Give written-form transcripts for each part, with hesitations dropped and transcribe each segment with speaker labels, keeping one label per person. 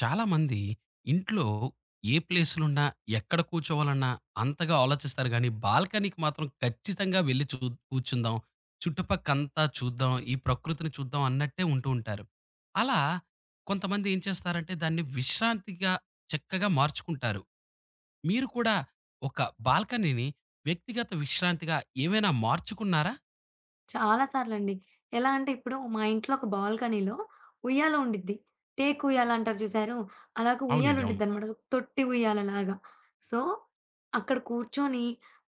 Speaker 1: చాలామంది ఇంట్లో ఏ ప్లేస్‌లున్నా, ఎక్కడ కూర్చోవాలన్నా అంతగా ఆలోచిస్తారు గానీ, బాల్కనీకి మాత్రం ఖచ్చితంగా వెళ్లి కూర్చుందాం. చుట్టుపక్కంతా చూద్దాం. ఈ ప్రకృతిని చూద్దాం అన్నట్టే ఉంటూ ఉంటారు. అలా కొంతమంది ఏం చేస్తారంటే దాన్ని విశ్రాంతిగా చక్కగా మార్చుకుంటారు. మీరు కూడా ఒక బాల్కనీని వ్యక్తిగత విశ్రాంతిగా ఏమైనా మార్చుకున్నారా?
Speaker 2: చాలా సార్లండి. ఎలా అంటే ఇప్పుడు మా ఇంట్లో ఒక బాల్కనీలో ఉయ్యాల ఉండిద్ది. టేకు ఉయ్యాల అంటారు చూసారు? అలాగా ఉయ్యాల
Speaker 1: అవునండి. అవును.
Speaker 2: ఉండిద్దనమాట. తొట్టి ఉయ్యాలలాగా. సో, అక్కడ కూర్చొని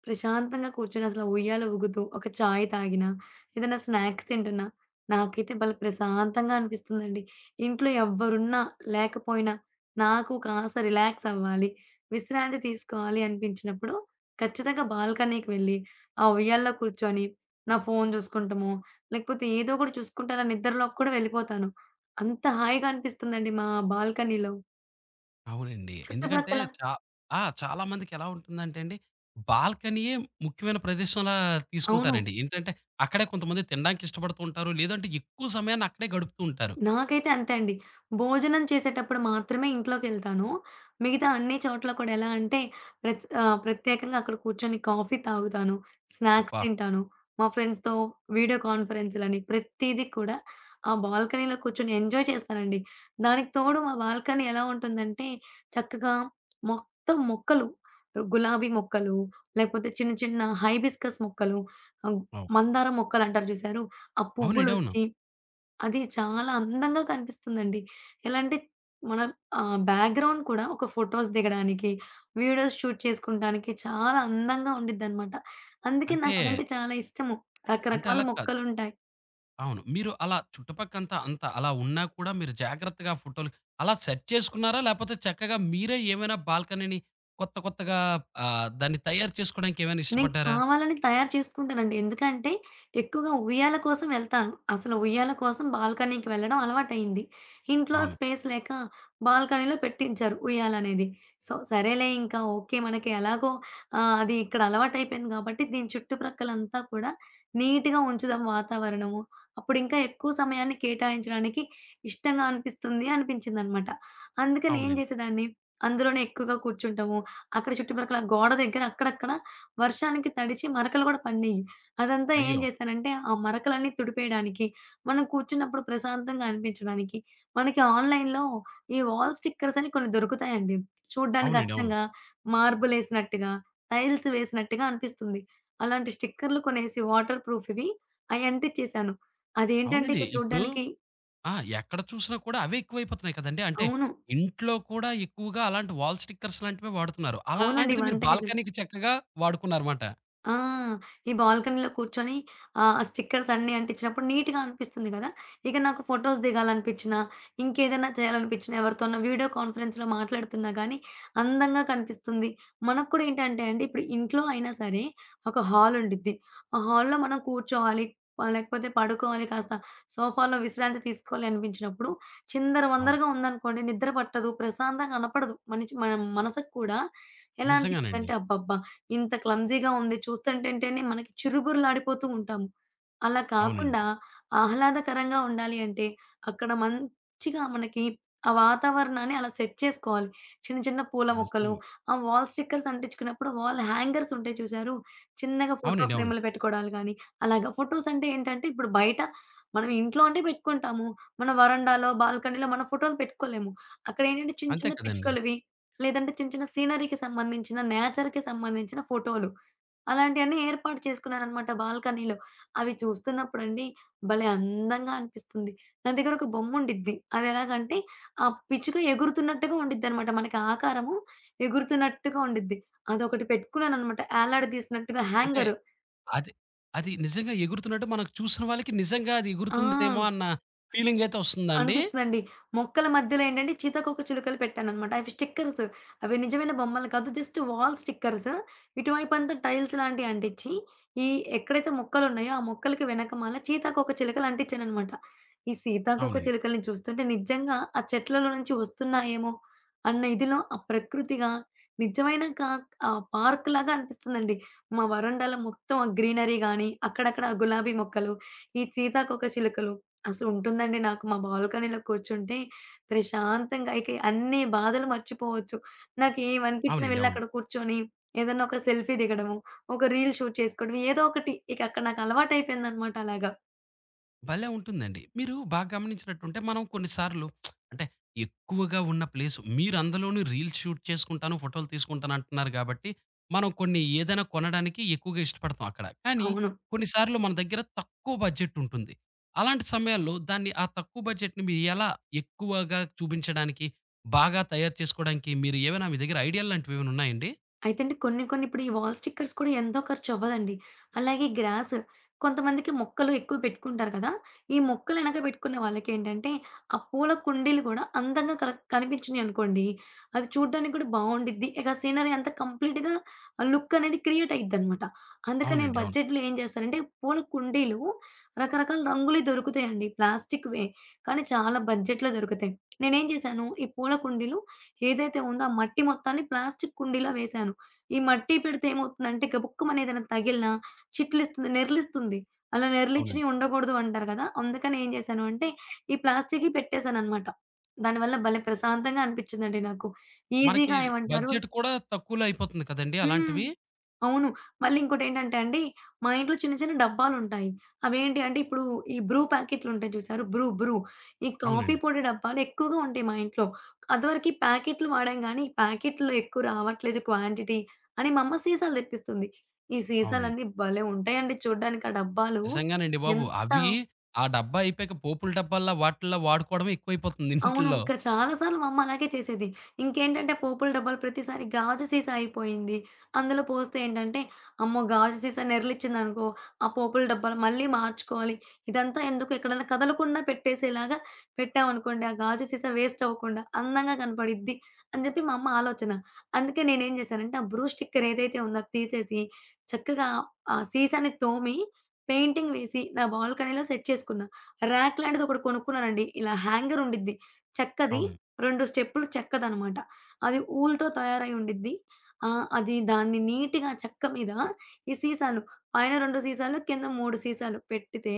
Speaker 2: ప్రశాంతంగా కూర్చొని అసలు ఆ ఉయ్యాల ఊగుతూ, ఒక చాయ్ తాగినా, ఏదైనా స్నాక్స్ తింటున్నా, నాకైతే భలే ప్రశాంతంగా అనిపిస్తుందండి. ఇంట్లో ఎవ్వరున్నా, లేకపోయినా నాకు కాస్త రిలాక్స్ అవ్వాలి, విశ్రాంతి తీసుకోవాలి అనిపించినప్పుడు ఖచ్చితంగా బాల్కనీకి వెళ్ళి, ఆ ఉయ్యాల్లో కూర్చొని నా ఫోను జూసుకుంటమో, లేకపోతే ఏదో ఒకటి చూసుకుంటా అలా నిద్రలోకి కూడా వెళ్ళిపోతాను. అంత హాయిగా అనిపిస్తుందండి మా బాల్కనీలో.
Speaker 1: అవునండి. ఎందుకంటే
Speaker 2: చుట్టుప్రక్కల
Speaker 1: చా ఆ! చాలా మందికి ఎలా ఉంటుందంటే అండి, బాల్కనీయే ముఖ్యమైన ప్రదేశంలా
Speaker 2: అవును.
Speaker 1: తీసుకుంటారండి. ఏంటంటే, అక్కడే కొంతమంది తినడానికి ఇష్టపడుతూ ఉంటారు. లేదంటే ఎక్కువ సమయాన్ని అక్కడే గడుపుతూ ఉంటారు.
Speaker 2: నాకైతే అంతే అండి. భోజనం చేసేటప్పుడు మాత్రమే ఇంట్లోకెళ్తాను. మిగతా అన్ని చోట్ల కూడా ఎలా అంటే ప్రత్యేకంగా అక్కడ కూర్చొని కాఫీ తాగుతాను. స్నాక్స్
Speaker 1: అబ్బా!
Speaker 2: తింటాను. మా ఫ్రెండ్స్‌తో వీడియో కాన్ఫరెన్స్‌లని ప్రతీదీ కూడా ఆ బాల్కనీలో కూర్చొని ఎంజాయ్ చేస్తానండి. దానికి తోడు మా బాల్కనీ ఎలా ఉంటుందంటే చక్కగా మొత్తం మొక్కలు, గులాబీ మొక్కలు, లేకపోతే చిన్న చిన్న హైబిస్కస్ మొక్కలు, ఆహ్,
Speaker 1: అవ్
Speaker 2: మందారం మొక్కలంటారు చూసారు? ఆ
Speaker 1: అవునండి. అవును.
Speaker 2: పువ్వులొచ్చి అది చాలా అందంగా కనిపిస్తుందండి. ఎలా అంటే మన బ్యాక్‌గ్రౌండ్ కూడా ఒక ఫోటోస్ దిగడానికి, వీడియోస్ షూట్ చేసుకుంటానికి చాలా అందంగా ఉండిద్దనమాట. అందుకే
Speaker 1: అంటే,
Speaker 2: నాకదంటే చాలా ఇష్టము.
Speaker 1: అంటే
Speaker 2: రకరకాల
Speaker 1: అలా కాదు.
Speaker 2: మొక్కలుంటాయి.
Speaker 1: అవును. మీరు అలా చుట్టుపక్కంతా అంతా అలా ఉన్నా కూడా మీరు జాగ్రత్తగా ఫోటోలు అలా సెట్ చేసుకున్నారా? లేపోతే చక్కగా మీరే ఏమైనా బాల్కనీని కొత్త కొత్తగా దాన్ని తయారు చేసుకోవడానికి ఏమైనా
Speaker 2: నేను
Speaker 1: ఇష్టపడ్డారా?
Speaker 2: కావాలని తయారు చేసుకుంటానండి. ఎందుకంటే, ఎక్కువగా ఉయ్యాల కోసం వెళ్తాను. అసలు ఉయ్యాల కోసం బాల్కనీకి వెళ్ళడం అలవాటయింది. ఇంట్లో
Speaker 1: అవును.
Speaker 2: స్పేస్ లేక బాల్కనీలో పెట్టించారు ఉయ్యాలనేది. సో, సరేలే ఇంకా ఓకే. మనకి ఎలాగో అది ఇక్కడ అలవాటయిపోయింది గాబట్టి, దీని చుట్టుప్రక్కలంతా కూడా నీట్‌గా ఉంచుదాం వాతావరణము. అప్పుడు ఇంకా ఎక్కువ సమయాన్ని కేటాయించడానికి ఇష్టంగా అనిపిస్తుంది అనిపించిందనమాట. అందుకని ఏం
Speaker 1: అవునండి.
Speaker 2: జేసేదాన్ని, అందులోనే ఎక్కువగా కూర్చుంటము. అక్కడ చుట్టుపక్కల గోడ దగ్గర అక్కడక్కడ వర్షానికి తడిచి మరకలు గూడా పడినియి. అదంతా ఏం
Speaker 1: అయ్యో!
Speaker 2: జేశానంటే, ఆ మరకలన్నీ తుడిపేయడానికి, మనం కూర్చున్నప్పుడు ప్రశాంతంగా అనిపించడానికి, మనకి ఆన్‌లైన్‌లో ఈ వాల్ స్టిక్కర్స్ అని కొన్ని దొరుకుతాయండి. చూడ్డానికి
Speaker 1: అవునండి. అవును.
Speaker 2: అచ్చంగా మార్బులేసినట్టుగా, టైల్స్ వేసినట్టుగా అనిపిస్తుంది. అలాంటి స్టిక్కర్‌లు కొనేసి వాటర్ ప్రూఫ్‌వి అయి అంటిచ్చేశాను. అదేంటంటే
Speaker 1: అవునండి.
Speaker 2: ఇక
Speaker 1: ఇప్పుడు
Speaker 2: చూడ్డానికి
Speaker 1: ఆ! ఎక్కడ చూసినా కూడా అవే ఎక్కువైపోతున్నాయి కదండీ. అంటే
Speaker 2: అవును.
Speaker 1: ఇంట్లో కూడా ఎక్కువగా అలాంటి వాల్ స్టిక్కర్స్ లాంటివే వాడుతున్నారు.
Speaker 2: అవునండి.
Speaker 1: అలాంటిది మీరు
Speaker 2: వంటగది.
Speaker 1: బాల్కనీకి చక్కగా వాడుకున్నారమాట.
Speaker 2: ఆ! ఈ బాల్కనీలో కూర్చొని ఆ స్టిక్కర్స్ అన్నీ అంటించినప్పుడు నీట్‌గా అనిపిస్తుంది కదా! ఇక నాకు ఫోటోస్ దిగాలనిపించినా, ఇంకేదైనా చేయాలనిపించినా, ఎవరితోనో వీడియో కాన్ఫరెన్స్‌లో మాట్లాడుతున్నా గానీ, అందంగా కనిపిస్తుంది. మనకు కూడా ఏంటంటే అండి, ఇప్పుడు ఇంట్లో అయినా సరే ఒక హాల్ ఉండిద్ది. ఆ హాల్‌లో మనం కూర్చోవాలి, లేకపోతే పడుకోవాలి, కాస్త సోఫాలో విశ్రాంతి తీసుకోవాలి అనిపించినప్పుడు,
Speaker 1: అవును.
Speaker 2: చిందరవందరగా ఉందనుకోండి నిద్ర పట్టదు, ప్రశాంతంగా కనపడదు. మనిషి మన మనసుకు కూడా ఎలా
Speaker 1: నిజంగానండి.
Speaker 2: అనిపిచ్చిందంటే అబ్బబ్బా! ఇంత క్లమ్జీగా ఉంది చూస్తుంటేంటేనే మనకి చిరుబుర్లాడిపోతూ ఉంటాము. అలా కాకుండా
Speaker 1: అవునండి.
Speaker 2: ఆహ్లాదకరంగా ఉండాలి అంటే అక్కడ మంచిగా మనకి ఆ వాతావరణాన్ని అలా సెట్ చేసుకోవాలి. చిన్న చిన్న పూల
Speaker 1: నిజం.
Speaker 2: మొక్కలు, ఆ వాల్ స్టిక్కర్స్ అంటించుకున్నప్పుడు వాల్ హ్యాంగర్స్ ఉంటాయి చూసారు? చిన్నగా ఫోటో
Speaker 1: అవునండి. అవును.
Speaker 2: ఫ్రేములు పెట్టుకోవడాలు గానీ, అలాగా ఫోటోస్ అంటే ఏంటంటే ఇప్పుడు బయట మనం ఇంట్లో అంటే పెట్టుకుంటాము. మన వరండాలో, బాల్కనీలో మన ఫోటోలు పెట్టుకోలేము. అక్కడేంటంటే చిన్న
Speaker 1: అంతే
Speaker 2: చిన్న
Speaker 1: కదండీ.
Speaker 2: పిచ్చుకలవి లేదంటే చిన్న చిన్న సీనరీకి సంబంధించిన, నేచర్‌కి సంబంధించిన ఫోటోలు. అలాంటియన్నీ ఏర్పాటు చేసుకున్నారనమాట బాల్కనీలో. అవి చూస్తున్నప్పుడండి భలే అందంగా అనిపిస్తుంది. నా దగ్గర ఒక బొమ్ముండిద్ది. అదెలాగంటే ఆ పిచ్చుక ఎగురుతున్నట్టుగా ఉండిద్దనమాట. మనకి ఆకారము ఎగురుతున్నట్టుగా ఉండిద్ది. అదొకటి పెట్టుకున్నాననమాట. ఏలాడదీసినట్టుగా
Speaker 1: అంటే
Speaker 2: హ్యాంగరు.
Speaker 1: అది అది నిజంగా ఎగురుతున్నట్టు మనకు చూసిన వాళ్ళకి నిజంగా అది
Speaker 2: ఆ!
Speaker 1: ఎగురుతుందేమో అన్న ఫీలింగ్ అయితే వస్తుందా అండి?
Speaker 2: అనిపిస్తదండి. మొక్కల మధ్యలో ఏంటంటే సీతాకోక చిలుకలు పెట్టాననమాట. అవి స్టిక్కర్స్, అవి నిజమైన బొమ్మలు కాదు. Just wall stickers. ఇటువైపంతా టైల్స్ లాంటియి అంటిచ్చి, ఈ ఎక్కడైతే మొక్కలున్నాయో, ఆ మొక్కలకి వెనకమాల సీతాకోక చిలుకలు అంటిచ్చాననమాట. ఈ సీతాకోక
Speaker 1: అవునండి.
Speaker 2: చిలుకల్ని చూస్తుంటే నిజంగా ఆ చెట్లలో నుంచి వస్తున్నాయేమో అన్న ఇదిలో ఆ ప్రకృతిగా నిజమైన క పార్క్ లాగా అనిపిస్తుందండి. మా వరండాలో మొత్తం ఆ గ్రీనరీ గాని, అక్కడక్కడ ఆ గులాబీ మొక్కలు, ఈ సీతాకోక చిలుకలు అసలుంటుందండి. నాకు మా బాల్కనీలో కూర్చుంటే ప్రశాంతంగా ఇక అన్ని బాధలు మర్చిపోవచ్చు. నాకేమనిపించినా
Speaker 1: అవునండి. అవును.
Speaker 2: వెళ్ళక్కడ కూర్చొని ఏదన్నా ఒక సెల్ఫీ దిగడము, ఒక రీల్ షూట్ చేసుకోవడం ఏదో ఒకటి. ఇక అక్కడ నాకు అలవాటయిపోయిందనమాట అలాగా.
Speaker 1: భలే ఉంటుందండి. మీరు బాగా గమనించినట్టుంటే మనం కొన్నిసార్లు అంటే ఎక్కువగా ఉన్న ప్లేస్ మీరు అందులోనూ రీల్స్ షూట్ చేసుకుంటాను, ఫోటోలు తీసుకుంటాను అంటున్నారు గాబట్టి, మనం కొన్ని ఏదైనా కొనడానికి ఎక్కువగా ఇష్టపడతాం అక్కడ. కానీ
Speaker 2: అవును.
Speaker 1: కొన్నిసార్లు మన దగ్గర తక్కువ బడ్జెట్ ఉంటుంది. అలాంటి సమయాల్లో దాన్ని ఆ తక్కువ బడ్జెట్‌ని మీరు ఎలా ఎక్కువగా చూపించడానికి, బాగా తయారు చేసుకోవడానికి మీరు ఏమైనా మీ దగ్గర ఐడియాలు లాంటివి ఏమైనా ఉన్నాయండి?
Speaker 2: అయితే అండి కొన్ని కొన్ని ఇప్పుడు ఈ వాల్ స్టిక్కర్స్ కూడా ఎంతో ఖర్చవ్వదండి. అలాగే గ్రాస్, కొంతమందికి మొక్కలు ఎక్కువ పెట్టుకుంటారు కదా! ఈ మొక్కలు ఎనక పెట్టుకున్న వాళ్ళకేంటంటే, ఆ పూల కుండీలు గూడా అందంగా కనిపించినియనుకోండి, అది చూడ్డానికి కూడా బావుండిద్ది. ఇక సీనరీ అంతా కంప్లీట్‌గా ఆ లుక్ అనేది క్రియేట్ అయిద్దనమాట. అందుకని నేను
Speaker 1: అవునండి. అవును.
Speaker 2: బడ్జెట్‌లో ఏం చేస్తానంటే, పూల కుండీలు రకరకాల రంగులయి దొరుకుతాయండి. ప్లాస్టిక్‌వే, కానీ చాలా బడ్జెట్‌లో దొరుకుతాయి. నేనేం చేశాను, ఈ పూల కుండీలు ఏదైతే ఉందో ఆ మట్టి మొత్తాన్ని ప్లాస్టిక్ కుండీలో వేశాను. ఈ మట్టి పెడితే ఏమవుతుందంటే గబుక్కుమని ఏదైనా తగిలినా చిట్లిస్తుంది, నెర్లిస్తుంది. అలా
Speaker 1: అవునండి.
Speaker 2: నెర్లిచ్చినయి ఉండకూడదు అంటారు కదా! అందుకని ఏం చేశాను అంటే ఈ ప్లాస్టిక్‌యి పెట్టేసాననమాట. దానివల్ల భలే ప్రశాంతంగా అనిపించిందండి నాకు.
Speaker 1: మనకి
Speaker 2: ఈజీగా ఏమంటారు.
Speaker 1: బడ్జెట్ కూడా తక్కువలో అయిపోతుంది కదండీ
Speaker 2: హ్మ్.
Speaker 1: అలాంటివి?
Speaker 2: అవును. మళ్ళీ ఇంకోటేంటంటే అండి, మా ఇంట్లో చిన్న చిన్న డబ్బాలుంటాయి. అవేంటి అంటే ఇప్పుడు ఈ బ్రూ ప్యాకెట్లుంటాయి చూసారు? బ్రూ. ఈ కాఫీ
Speaker 1: అవునండి.
Speaker 2: పొడి డబ్బాలు ఎక్కువగా ఉంటాయి మా ఇంట్లో. అదివరకి ప్యాకెట్లు వాడాం గానీ, ఈ ప్యాకెట్‌లో ఎక్కువ రావట్లేదు క్వాంటిటీ అని మా అమ్మ సీసాలు తెప్పిస్తుంది. ఈ
Speaker 1: అవునండి.
Speaker 2: సీసాలన్నీ భలే ఉంటాయండి చూడ్డానికి ఆ డబ్బాలు.
Speaker 1: నిజంగానండి బాబు.
Speaker 2: ఎంత
Speaker 1: అవి ఆ డబ్బా అయిపోయాక పోపుల డబ్బాల్లో వాటిల్లో వాడుకోవడమే ఎక్కువైపోతుంది
Speaker 2: అవును.
Speaker 1: ఇంటిల్లో.
Speaker 2: చాలా సార్లు మా అమ్మ అలాగే చేసేది. ఇంకేంటంటే పోపుల డబ్బాలు ప్రతిసారి గాజు సీసా అయిపోయింది. అందులో పోస్తే ఏంటంటే, అమ్మో! గాజు సీసా నెర్లిచ్చిందనుకో, ఆ పోపుల డబ్బాలు మళ్ళీ మార్చుకోవాలి. ఇదంతా ఎందుకు ఎక్కడైనా కదలకుండా పెట్టేసేలాగా పెట్టామనుకోండి, ఆ గాజు సీసా వేస్ట్ అవ్వకుండా అందంగా కనపడిద్ది అని జెప్పి మా అమ్మ ఆలోచన. అందుకే నేనేం జేశానంటే, ఆ బ్రూ స్టిక్కర్ ఏదైతే ఉందో అది తీసేసి, చక్కగా ఆ సీసాని తోమి, పెయింటింగ్ వేసి, నా బాల్కనీలో సెట్ చేసుకున్నా. ర్యాక్ లాంటిది ఒకటి కొనుక్కున్నానండి. ఇలా హ్యాంగర్ ఉండిద్ది. చెక్కది
Speaker 1: అవును.
Speaker 2: 2 స్టెప్పులు చెక్కదనమాట. అది ఊలుతో తయారై ఉండిద్ది. అది దాన్ని నీట్‌గా చెక్క మీద ఈ సీసాలు పైన 2 సీసాలు, కింద 3 సీసాలు పెట్టితే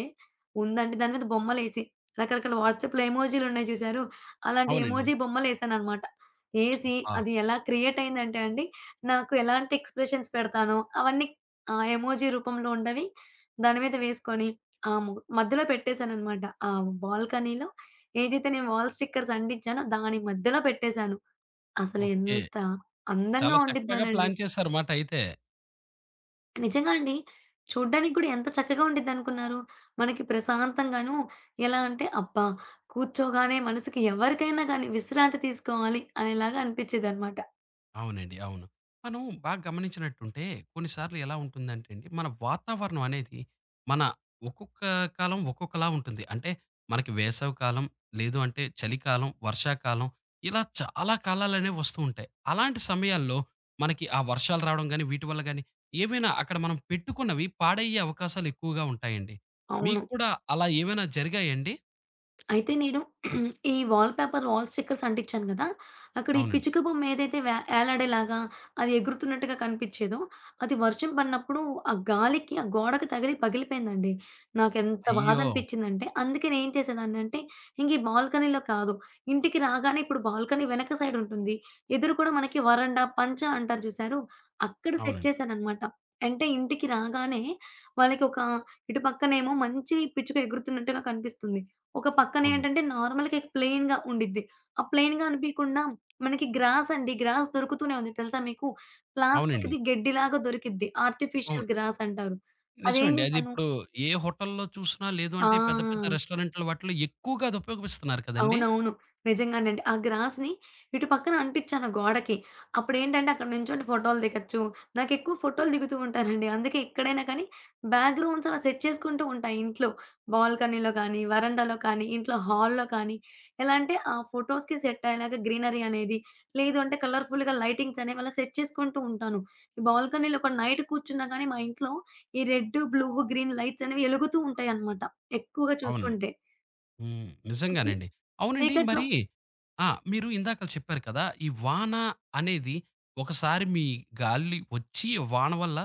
Speaker 2: ఉందండి. దాని మీద బొమ్మలేసి రకరకాల వాట్సాప్‌లో ఎమోజీలున్నాయి చూసారు? అలాంటి
Speaker 1: అవునండి.
Speaker 2: ఎమోజీ బొమ్మలేసాననమాట. ఏసి
Speaker 1: ఆ!
Speaker 2: అది ఎలా క్రియేట్ అయిందంటే అండి, నాకు ఎలాంటి ఎక్స్‌ప్రెషన్స్ పెడతానో అవన్నీ ఆ ఎమోజీ రూపంలో ఉండవి దాని మీద వేసుకొని ఆహ్, ము మధ్యలో పెట్టేసాననమాట. ఆ బాల్కనీలో ఏదైతే నేను వాల్ స్టిక్కర్స్ అంటించానో దాని మధ్యలో పెట్టేశాను. అసలు
Speaker 1: ఓకే.
Speaker 2: ఎంత అందంగా
Speaker 1: చాలా చక్కగా
Speaker 2: ఉండిద్దోనండి.
Speaker 1: ప్లాన్ చేశారు మాట అయితే.
Speaker 2: నిజంగా అండి. చూడ్డానికి కూడా ఎంత చక్కగా ఉండిద్దనుకున్నారు? మనకి ప్రశాంతంగాను, ఎలా అంటే, అబ్బా! కూర్చోగానే మనసుకి ఎవరికైనా గానీ విశ్రాంతి తీసుకోవాలి అనేలాగా అనిపిచ్చేదనమాట.
Speaker 1: అవునండి. అవును. మనం బాగా గమనించినట్టుంటే కొన్నిసార్లు ఎలా ఉంటుందంటే అండి, మన వాతావరణం అనేది మన ఒక్కొక్క కాలం ఒక్కొక్కలా ఉంటుంది. అంటే మనకి వేసవి కాలం, లేదు అంటే చలికాలం, వర్షాకాలం ఇలా చాలా కాలాలనేవి వస్తూ ఉంటాయి. అలాంటి సమయాల్లో మనకి ఆ వర్షాలు రావడం గాని, వీటి వల్ల గాని ఏమైనా అక్కడ మనం పెట్టుకున్నవి పాడయ్యే అవకాశాలు ఎక్కువగా ఉంటాయండి.
Speaker 2: అవును.
Speaker 1: మీకు కూడా అలా ఏమైనా జరిగాయండి?
Speaker 2: అయితే నేను ఈ వాల్ పేపర్, వాల్ స్టిక్కర్స్ అంటించాను గదా! అక్కడ ఈ
Speaker 1: అవునండి.
Speaker 2: పిచ్చుక బొమ్మ ఏదైతే ఏలాడేలాగా అది ఎగురుతున్నట్టుగా కనిపిచ్చేదో, అది వర్షం పడినప్పుడు ఆ గాలికి ఆ గోడకి తగిలి పగిలిపోయిందండి. నాకెంత
Speaker 1: అయ్యో!
Speaker 2: బాధనిపిచ్చిందంటే, అందుకే నేనేం చేసేదాన్నంటే, ఇంక ఈ బాల్కనీలో కాదు. ఇంటికి రాగానే ఇప్పుడు బాల్కనీ వెనక సైడ్ ఉంటుంది. ఎదురు కూడా మనకి వరండా, పంచా అంటారు చూసారు? అక్కడ సెట్
Speaker 1: అవునండి.
Speaker 2: చేశాననమాట. అంటే ఇంటికి రాగానే వాళ్ళకి ఒక ఇటు పక్కనేమో మంచి పిచ్చుక ఎగురుతున్నట్టుగా కనిపిస్తుంది. ఒక
Speaker 1: అవునండి.
Speaker 2: పక్కనేంటంటే నార్మల్‌గా ప్లెయిన్‌గా ఉండిద్ది. ఆ ప్లెయిన్‌గా అనిపియకుండా మనకి గ్రాస్ అండి. గ్రాస్ దొరుకుతూనే ఉంది తెలుసా మీకు?
Speaker 1: అవునండి.
Speaker 2: ప్లాస్టిక్‌ది గడ్డిలాగా దొరికిద్ది.
Speaker 1: అవును.
Speaker 2: ఆర్టిఫిషియల్ గ్రాస్ అంటారు. అదేం
Speaker 1: నిజమండి. అది
Speaker 2: చేశాను
Speaker 1: ఇప్పుడు ఏ హోటల్‌లో చూసినా లేదు అంటే పెద్ద పెద్ద
Speaker 2: ఆ!
Speaker 1: రెస్టారెంట్‌ల వాటిలో ఎక్కువగా అది ఉపయోగిస్తున్నారు కదండీ!
Speaker 2: అవునవును. నిజంగానండి. ఆ గ్రాస్‌ని ఇటు పక్కన అంటిచ్చాను గోడకి. అప్పుడేంటంటే అక్కడ నించొని ఫోటోలు దిగొచ్చు. నాకెక్కువ ఫోటోలు దిగుతూ ఉంటానండి. అందుకే ఎక్కడైనా కానీ బ్యాక్‌గ్రౌండ్స్ అలా సెట్ చేసుకుంటూ ఉంటా ఇంట్లో. బాల్కనీలో గానీ, వరండాలో కానీ, ఇంట్లో హాల్‌లో కానీ, ఎలా అంటే ఆ ఫోటోస్‌కి సెట్ అయ్యేలాగా గ్రీనరీ అనేది, లేదు అంటే కలర్‌ఫుల్‌గా లైటింగ్స్ అనేవి అలా సెట్ చేసుకుంటూ ఉంటాను. ఈ బాల్కనీలో ఒక నైట్ కూర్చున్నా గానీ మా ఇంట్లో ఈ రెడ్, బ్లూ, గ్రీన్ లైట్స్ అనేవి ఎలుగుతూ ఉంటాయన్నమాట. ఎక్కువగా
Speaker 1: అవునండి.
Speaker 2: చూసుకుంటే.
Speaker 1: హ్మ్.
Speaker 2: చీ
Speaker 1: నిజంగానండి. అవునండి.
Speaker 2: చీకట్లో
Speaker 1: మరి ఆ! మీరు ఇందాక చెప్పారు కదా! ఈ వాన అనేది ఒకసారి మీ గాలి వచ్చి వాన వల్ల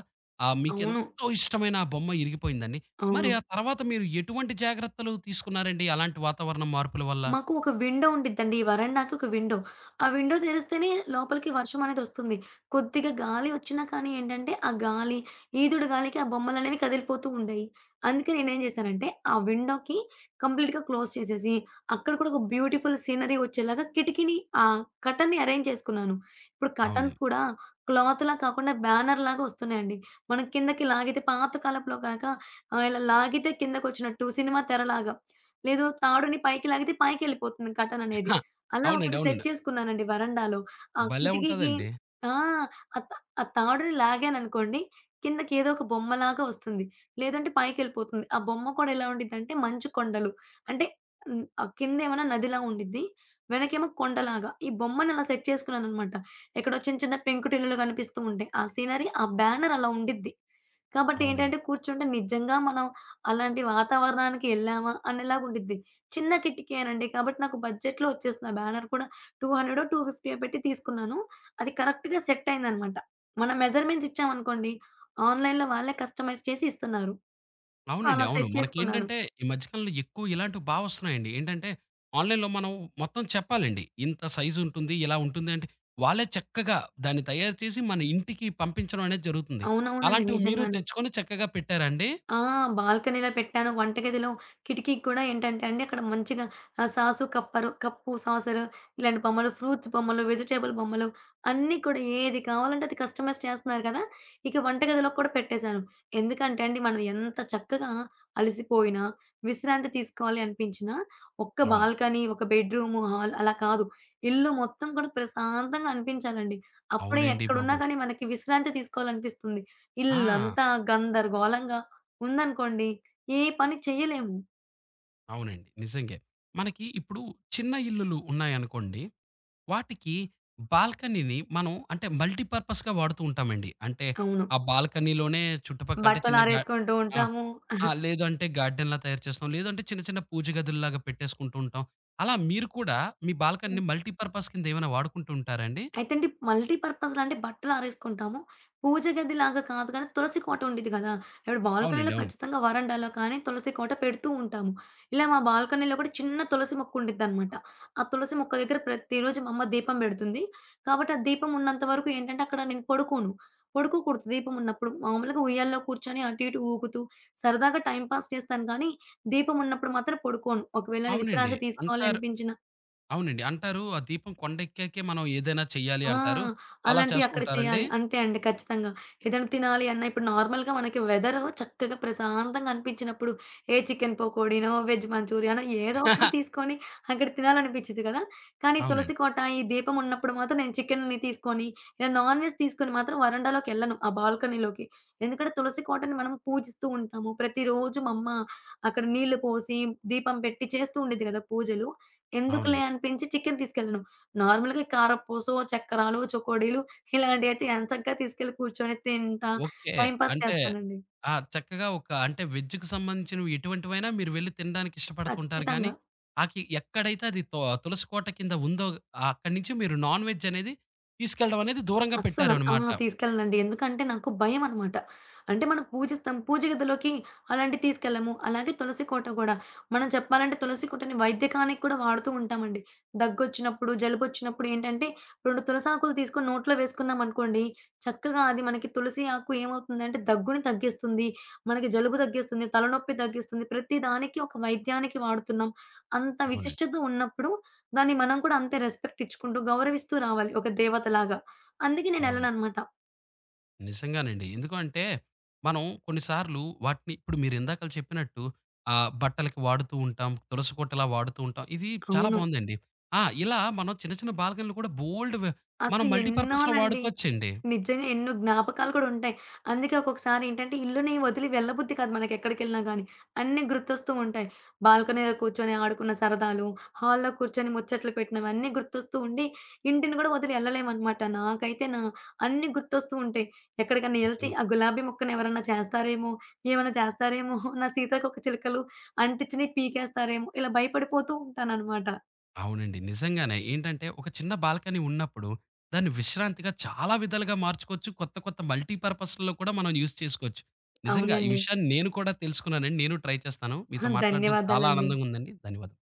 Speaker 2: అవును.
Speaker 1: మీకెంతో ఇష్టమైన ఆ బొమ్మ ఇరిగిపోయిందని.
Speaker 2: అవును.
Speaker 1: మరి ఆ తర్వాత మీరు ఎటువంటి జాగ్రత్తలు తీసుకున్నారండి అలాంటి వాతావరణం మార్పుల వల్ల?
Speaker 2: మాకు ఒక విండో ఉండిద్దండి. ఈ వరండాకి ఒక విండో. ఆ విండో తెరిస్తేనే లోపలికి వర్షం అనేదొస్తుంది. కొద్దిగా గాలి వచ్చినా కానీ ఏంటంటే, ఆ గాలి, ఈదుడు గాలికి ఆ బొమ్మలనేవి కదిలిపోతూ ఉండేయి. అందుకే నేనేం జేశానంటే, ఆ విండోకి కంప్లీట్‌గా క్లోజ్ చేసేసి, అక్కడ కూడా ఒక బ్యూటిఫుల్ సీనరీ వచ్చేలాగా కిటికీని కర్టెన్‌ని అరేంజ్ చేసుకున్నాను. ఇప్పుడు కర్టెన్స్
Speaker 1: అవునండి.
Speaker 2: కూడా క్లాత్‌లా కాకుండా బ్యానర్‌లాగా వస్తున్నాయండి. మనం కిందకి లాగితే పాత కాలంలో కాక ఇలా లాగితే కిందకొచ్చినట్టు సినిమా తెరలాగా. లేదో తాడుని పైకి లాగితే పైకెళ్ళిపోతుంది
Speaker 1: హ,
Speaker 2: కర్టెననేది. అలా
Speaker 1: అవునండి.
Speaker 2: ఒకటి సెట్
Speaker 1: అవునండి.
Speaker 2: చేసుకున్నానండి వరండాలో. ఆ
Speaker 1: భలే
Speaker 2: కిటికీకి
Speaker 1: ఉంటదండి.
Speaker 2: ఆ! ఆ తా ఆ తాడుని లాగాననుకోండి కిందకి ఏదో ఒక బొమ్మలాగా వస్తుంది. లేదంటే పైకెళ్ళిపోతుంది. ఆ బొమ్మ కూడా ఎలా ఉండిద్దంటే మంచు కొండలు. అంటే కిందేమైనా నదిలా ఉండిద్ది. వెనకేమో కొండలాగా. ఈ బొమ్మను అలా సెట్ చేసుకున్నాననమాట. ఎక్కడో చిన్న చిన్న పెంకుటిల్లులు కనిపిస్తూ ఉంటాయి. ఆ సీనరీ, ఆ బ్యానర్ అలా ఉండిద్ది. కాబట్టి ఏంటంటే
Speaker 1: అవునండి.
Speaker 2: కూర్చుంటే నిజంగా మనం అలాంటి వాతావరణానికి ఎళ్ళామా అనేలాగుండిద్ది. చిన్న కిటికేనండి. కాబట్టి నాకు బడ్జెట్‌లో వచ్చేసింది. ఆ బ్యానర్ కూడా 200 250 పెట్టి తీసుకున్నాను. అది కరెక్ట్‌గా సెట్ అయిందనమాట. మనం మెజర్‌మెంట్స్ ఇచ్చామనుకోండి, ఆన్‌లైన్‌లో వాళ్ళే కస్టమైజ్ చేసి ఇస్తున్నారు. సో,
Speaker 1: అవునండి.
Speaker 2: అలా
Speaker 1: అవును.
Speaker 2: సెట్ చేసుకున్నాను.
Speaker 1: మనకేంటంటే ఈ మధ్య కాలంలో ఎక్కువ ఇలాంటివి వస్తున్నాయండి. ఏంటంటే ఆన్‌లైన్‌లో మనం మొత్తం చెప్పాలండి. ఇంత సైజ్ ఉంటుంది. ఇలా ఉంటుంది అంటే వాళ్ళే చక్కగా దాన్ని తయారు చేసి మన ఇంటికి పంపించడం అనేది జరుగుతుంది.
Speaker 2: అవునవునండి.
Speaker 1: అలాంటివి మీరు
Speaker 2: నిజంగానే.
Speaker 1: తెచ్చుకొని చక్కగా పెట్టారా అండి?
Speaker 2: ఆ! బాల్కనీలో పెట్టాను. వంటగదిలో కిటికీకి కూడా ఏంటంటే అండి, అక్కడ మంచిగా ఆహ్, సాసు కప్పరు కప్పు, సాసరు ఇలాంటి బొమ్మలు, ఫ్రూట్స్ బొమ్మలు, వెజిటబుల్ బొమ్మలు అన్నీ కూడా ఏది కావాలంటే అది కస్టమైజ్ చేస్తున్నారు కదా! ఇక వంటగదిలో కూడా పెట్టేశాను. ఎందుకంటే అండి, మనం ఎంత చక్కగా అలసిపోయినా, విశ్రాంతి తీసుకోవాలి అనిపించినా, ఒక్క
Speaker 1: అవును.
Speaker 2: బాల్కనీ, ఒక బెడ్‌రూము, హాల్ అలా కాదు. ఇల్లు మొత్తం కూడా ప్రశాంతంగా అనిపించాలండి. అప్పుడే
Speaker 1: అవునండి
Speaker 2: ఎక్కడున్నా
Speaker 1: బాబు.
Speaker 2: కానీ మనకి విశ్రాంతి తీసుకోవాలనిపిస్తుంది.
Speaker 1: ఆ!
Speaker 2: ఇల్లంతా గందరగోళంగా ఉందనుకోండి, ఏ పని చెయ్యలేము.
Speaker 1: అవునండి. నిజంగే. మనకి ఇప్పుడు చిన్న ఇల్లులు ఉన్నాయనుకోండి. వాటికి బాల్కనీని మనం అంటే మల్టీ పర్పస్‌గా వాడుతూ ఉంటామండి. అంటే
Speaker 2: అవును.
Speaker 1: ఆ బాల్కనీలోనే చుట్టుపక్క అంటే చిన్న గా
Speaker 2: బట్టలారేసుకుంటూ
Speaker 1: ఆ!
Speaker 2: ఉంటాము.
Speaker 1: ఆ! లేదు అంటే గార్డెన్‌లా తయారు చేస్తాం. లేదంటే చిన్న చిన్న పూజ గదుల్లాగా పెట్టేసుకుంటూ ఉంటాం. అలా మీరు కూడా మీ బాల్కనీని మల్టీపర్పస్ కింద ఏమైనా వాడుకుంటూ ఉంటారా అండి?
Speaker 2: అయితే అండి మల్టీ పర్పస్‌లో అంటే బట్టలారేసుకుంటాము. పూజ గదిలాగా కాదు కానీ తులసి కోట ఉండిద్ది గదా! ఇప్పుడు బాల్కనీలో
Speaker 1: అవునండి. అవును.
Speaker 2: ఖచ్చితంగా వరండాలో కానీ తులసి కోట పెడుతూ ఉంటాము. ఇలా మా బాల్కనీలో కూడా చిన్న తులసి మొక్క ఉండిద్దనమాట. ఆ తులసి మొక్క దగ్గర ప్రతిరోజు మా అమ్మ దీపం బెడుతుంది. కాబట్టి ఆ దీపం ఉన్నంత వరకు ఏంటంటే అక్కడ నేను పడుకోను. పడుకోకూడదు దీపం ఉన్నప్పుడు. మామూలుగా ఉయ్యాల్లో కూర్చొని అటు ఇటు ఊగుతూ సరదాగా టైమ్ పాస్ చేస్తాను కానీ దీపం ఉన్నప్పుడు మాత్రం పడుకోను. ఒకవేళ నేను
Speaker 1: అవునండి.
Speaker 2: విశ్రాంతి తీసుకోవాలి
Speaker 1: అంటారు
Speaker 2: అనిపించిన
Speaker 1: అవునండి. అంటారు ఆ దీపం కొండెక్కాకే మనం ఏదైనా చెయ్యాలి
Speaker 2: ఆ!
Speaker 1: అంటారు. అలా
Speaker 2: అలాంటియి
Speaker 1: చేస్తూ
Speaker 2: అక్కడ
Speaker 1: ఉంటారండి?
Speaker 2: చేయాలి. అంతే అండి ఖచ్చితంగా. ఏదైనా తినాలి అన్నా ఇప్పుడు నార్మల్‌గా మనకి వెదరు చక్కగా ప్రశాంతంగా అనిపించినప్పుడు, ఏ చికెన్ పకోడీనో, వెజ్ మంచూరియానో ఏదో ఒకటి తీసుకొని అక్కడ తినాలనిపిచ్చిద్ది కదా! కానీ తులసి
Speaker 1: అవునండి.
Speaker 2: కోట, ఈ దీపం ఉన్నప్పుడు మాత్రం నేను చికెన్‌ని తీసుకొని, ఇలా నాన్ వెజ్ తీసుకొని మాత్రం వరండాలోకెళ్ళను, ఆ బాల్కనీలోకి. ఎందుకంటే తులసి కోటని మనం పూజిస్తూ ఉంటాము. ప్రతిరోజు మా అమ్మ అక్కడ నీళ్లు పోసి, దీపం పెట్టి చేస్తూ ఉండిద్ది కదా పూజలు. ఎందుకులే
Speaker 1: అవునండి.
Speaker 2: అనిపించి చికెన్ తీసుకెళ్ళను. నార్మల్‌గా కారపూసో, చక్కరాలు, చకోడీలు ఇలాంటియైతే ఎంచక్కా తీసుకెళ్ళి కూర్చొని తింటా,
Speaker 1: ఓకే.
Speaker 2: టైమ్ పాస్
Speaker 1: అంటే
Speaker 2: చేస్తానండి.
Speaker 1: ఆ! చక్కగా ఒక అంటే వెజ్‌కి సంబంధించినవి ఎటువంటివైనా మీరు వెళ్లి తినడానికి ఇష్టపడుతుంటారు గానీ,
Speaker 2: ఖచ్చితంగా.
Speaker 1: ఆకి ఎక్కడైతే అది తో తులసి కోట కింద ఉందో ఆ అక్కడి నుంచి మీరు నాన్ వెజ్ అనేది తీసుకెళ్ళడం అనేది దూరంగా
Speaker 2: అస్సల. ఆ!
Speaker 1: పెట్టారనమాట.
Speaker 2: తీసుకెళ్ళనండి. ఎందుకంటే నాకు భయమనమాట. అంటే మనం పూజిస్తాం. పూజ గదిలోకి అలాంటివి తీసుకెళ్ళము. అలాగే తులసి కోట గూడా. మనం చెప్పాలంటే తులసి కోటని వైద్యకానికి కూడా వాడుతూ ఉంటామండి. దగ్గొచ్చినప్పుడు, జలుబొచ్చినప్పుడు ఏంటంటే 2 తులసాకులు తీసుకొని నోట్లో వేసుకున్నామనుకోండి, చక్కగా అది మనకి తులసి ఆకు ఏమవుతుందంటే దగ్గుని తగ్గిస్తుంది, మనకి జలుబు తగ్గిస్తుంది, తలనొప్పి తగ్గిస్తుంది. ప్రతి దానికి ఒక వైద్యానికి వాడుతున్నాం. అంత
Speaker 1: అవునండి.
Speaker 2: విశిష్టత ఉన్నప్పుడు దాన్ని మనం కూడా అంతే రెస్పెక్ట్ ఇచ్చుకుంటూ, గౌరవిస్తూ రావాలి ఒక దేవతలాగా. అందుకే
Speaker 1: అవునండి.
Speaker 2: నేనెళ్ళననమాట.
Speaker 1: నిజంగానండి. ఎందుకంటే మనం కొన్నిసార్లు వాటిని ఇప్పుడు మీరు ఇందాకల చెప్పినట్టు బట్టలకి వాడుతూ ఉంటాం. తులసి కోటలా వాడుతూ ఉంటాం. ఇది చాలా
Speaker 2: అవును.
Speaker 1: బావుందండి. ఆ! ఇలా మనం చిన్న చిన్న బాల్కనీలు కూడా బోలెడు మనం
Speaker 2: అసలు
Speaker 1: మల్టీ పర్పస్‌లో
Speaker 2: ఎన్నోనండి.
Speaker 1: వాడుకోవచ్చండి.
Speaker 2: నిజంగా ఎన్నో జ్ఞాపకాలు కూడా ఉంటాయి. అందుకే ఒక్కొక్కసారి ఏంటంటే ఇల్లుని వదిలి వెళ్ళబుద్ధి కాదు మనకెక్కడికెళ్ళినా గానీ. అన్నీ గుర్తొస్తూ ఉంటాయి. బాల్కనీలో కూర్చొని ఆడుకున్న సరదాలు, హాల్‌లో కూర్చొని ముచ్చట్లు పెట్టినవి అన్నీ గుర్తొస్తూ ఉండి, ఇంటిని గూడా వదిలి ఎళ్ళలేమనమాట. నాకైతే నా అన్నీ గుర్తొస్తూ ఉంటాయి. ఎక్కడికన్నా ఎళ్తే
Speaker 1: నిజంగా.
Speaker 2: ఆ గులాబీ మొక్కని ఎవరన్నా చేస్తారేమో, ఏమన్నా చేస్తారేమో, నా సీతాకోక చిలుకలు అంటిచ్చినయి పీకేస్తారేమో, ఇలా భయపడిపోతూ ఉంటాననమాట.
Speaker 1: అవునండి. నిజంగానే. ఏంటంటే ఒక చిన్న బాల్కనీ ఉన్నప్పుడు దాన్ని విశ్రాంతిగా చాలా విధాలుగా మార్చుకోవచ్చు. కొత్త కొత్త మల్టీ పర్పస్‌లో కూడా మనం యూజ్ చేసుకోవచ్చు. నిజంగా ఈ
Speaker 2: అవునండి.
Speaker 1: విషయాన్ని నేను కూడా తెలుసుకున్నానండి. నేను ట్రై చేస్తాను.
Speaker 2: ఆ!
Speaker 1: మీతో మాట్లాడడం చాలా
Speaker 2: ధన్యవాదాలండి.
Speaker 1: ఆనందంగా ఉందండి. ధన్యవాదాలు.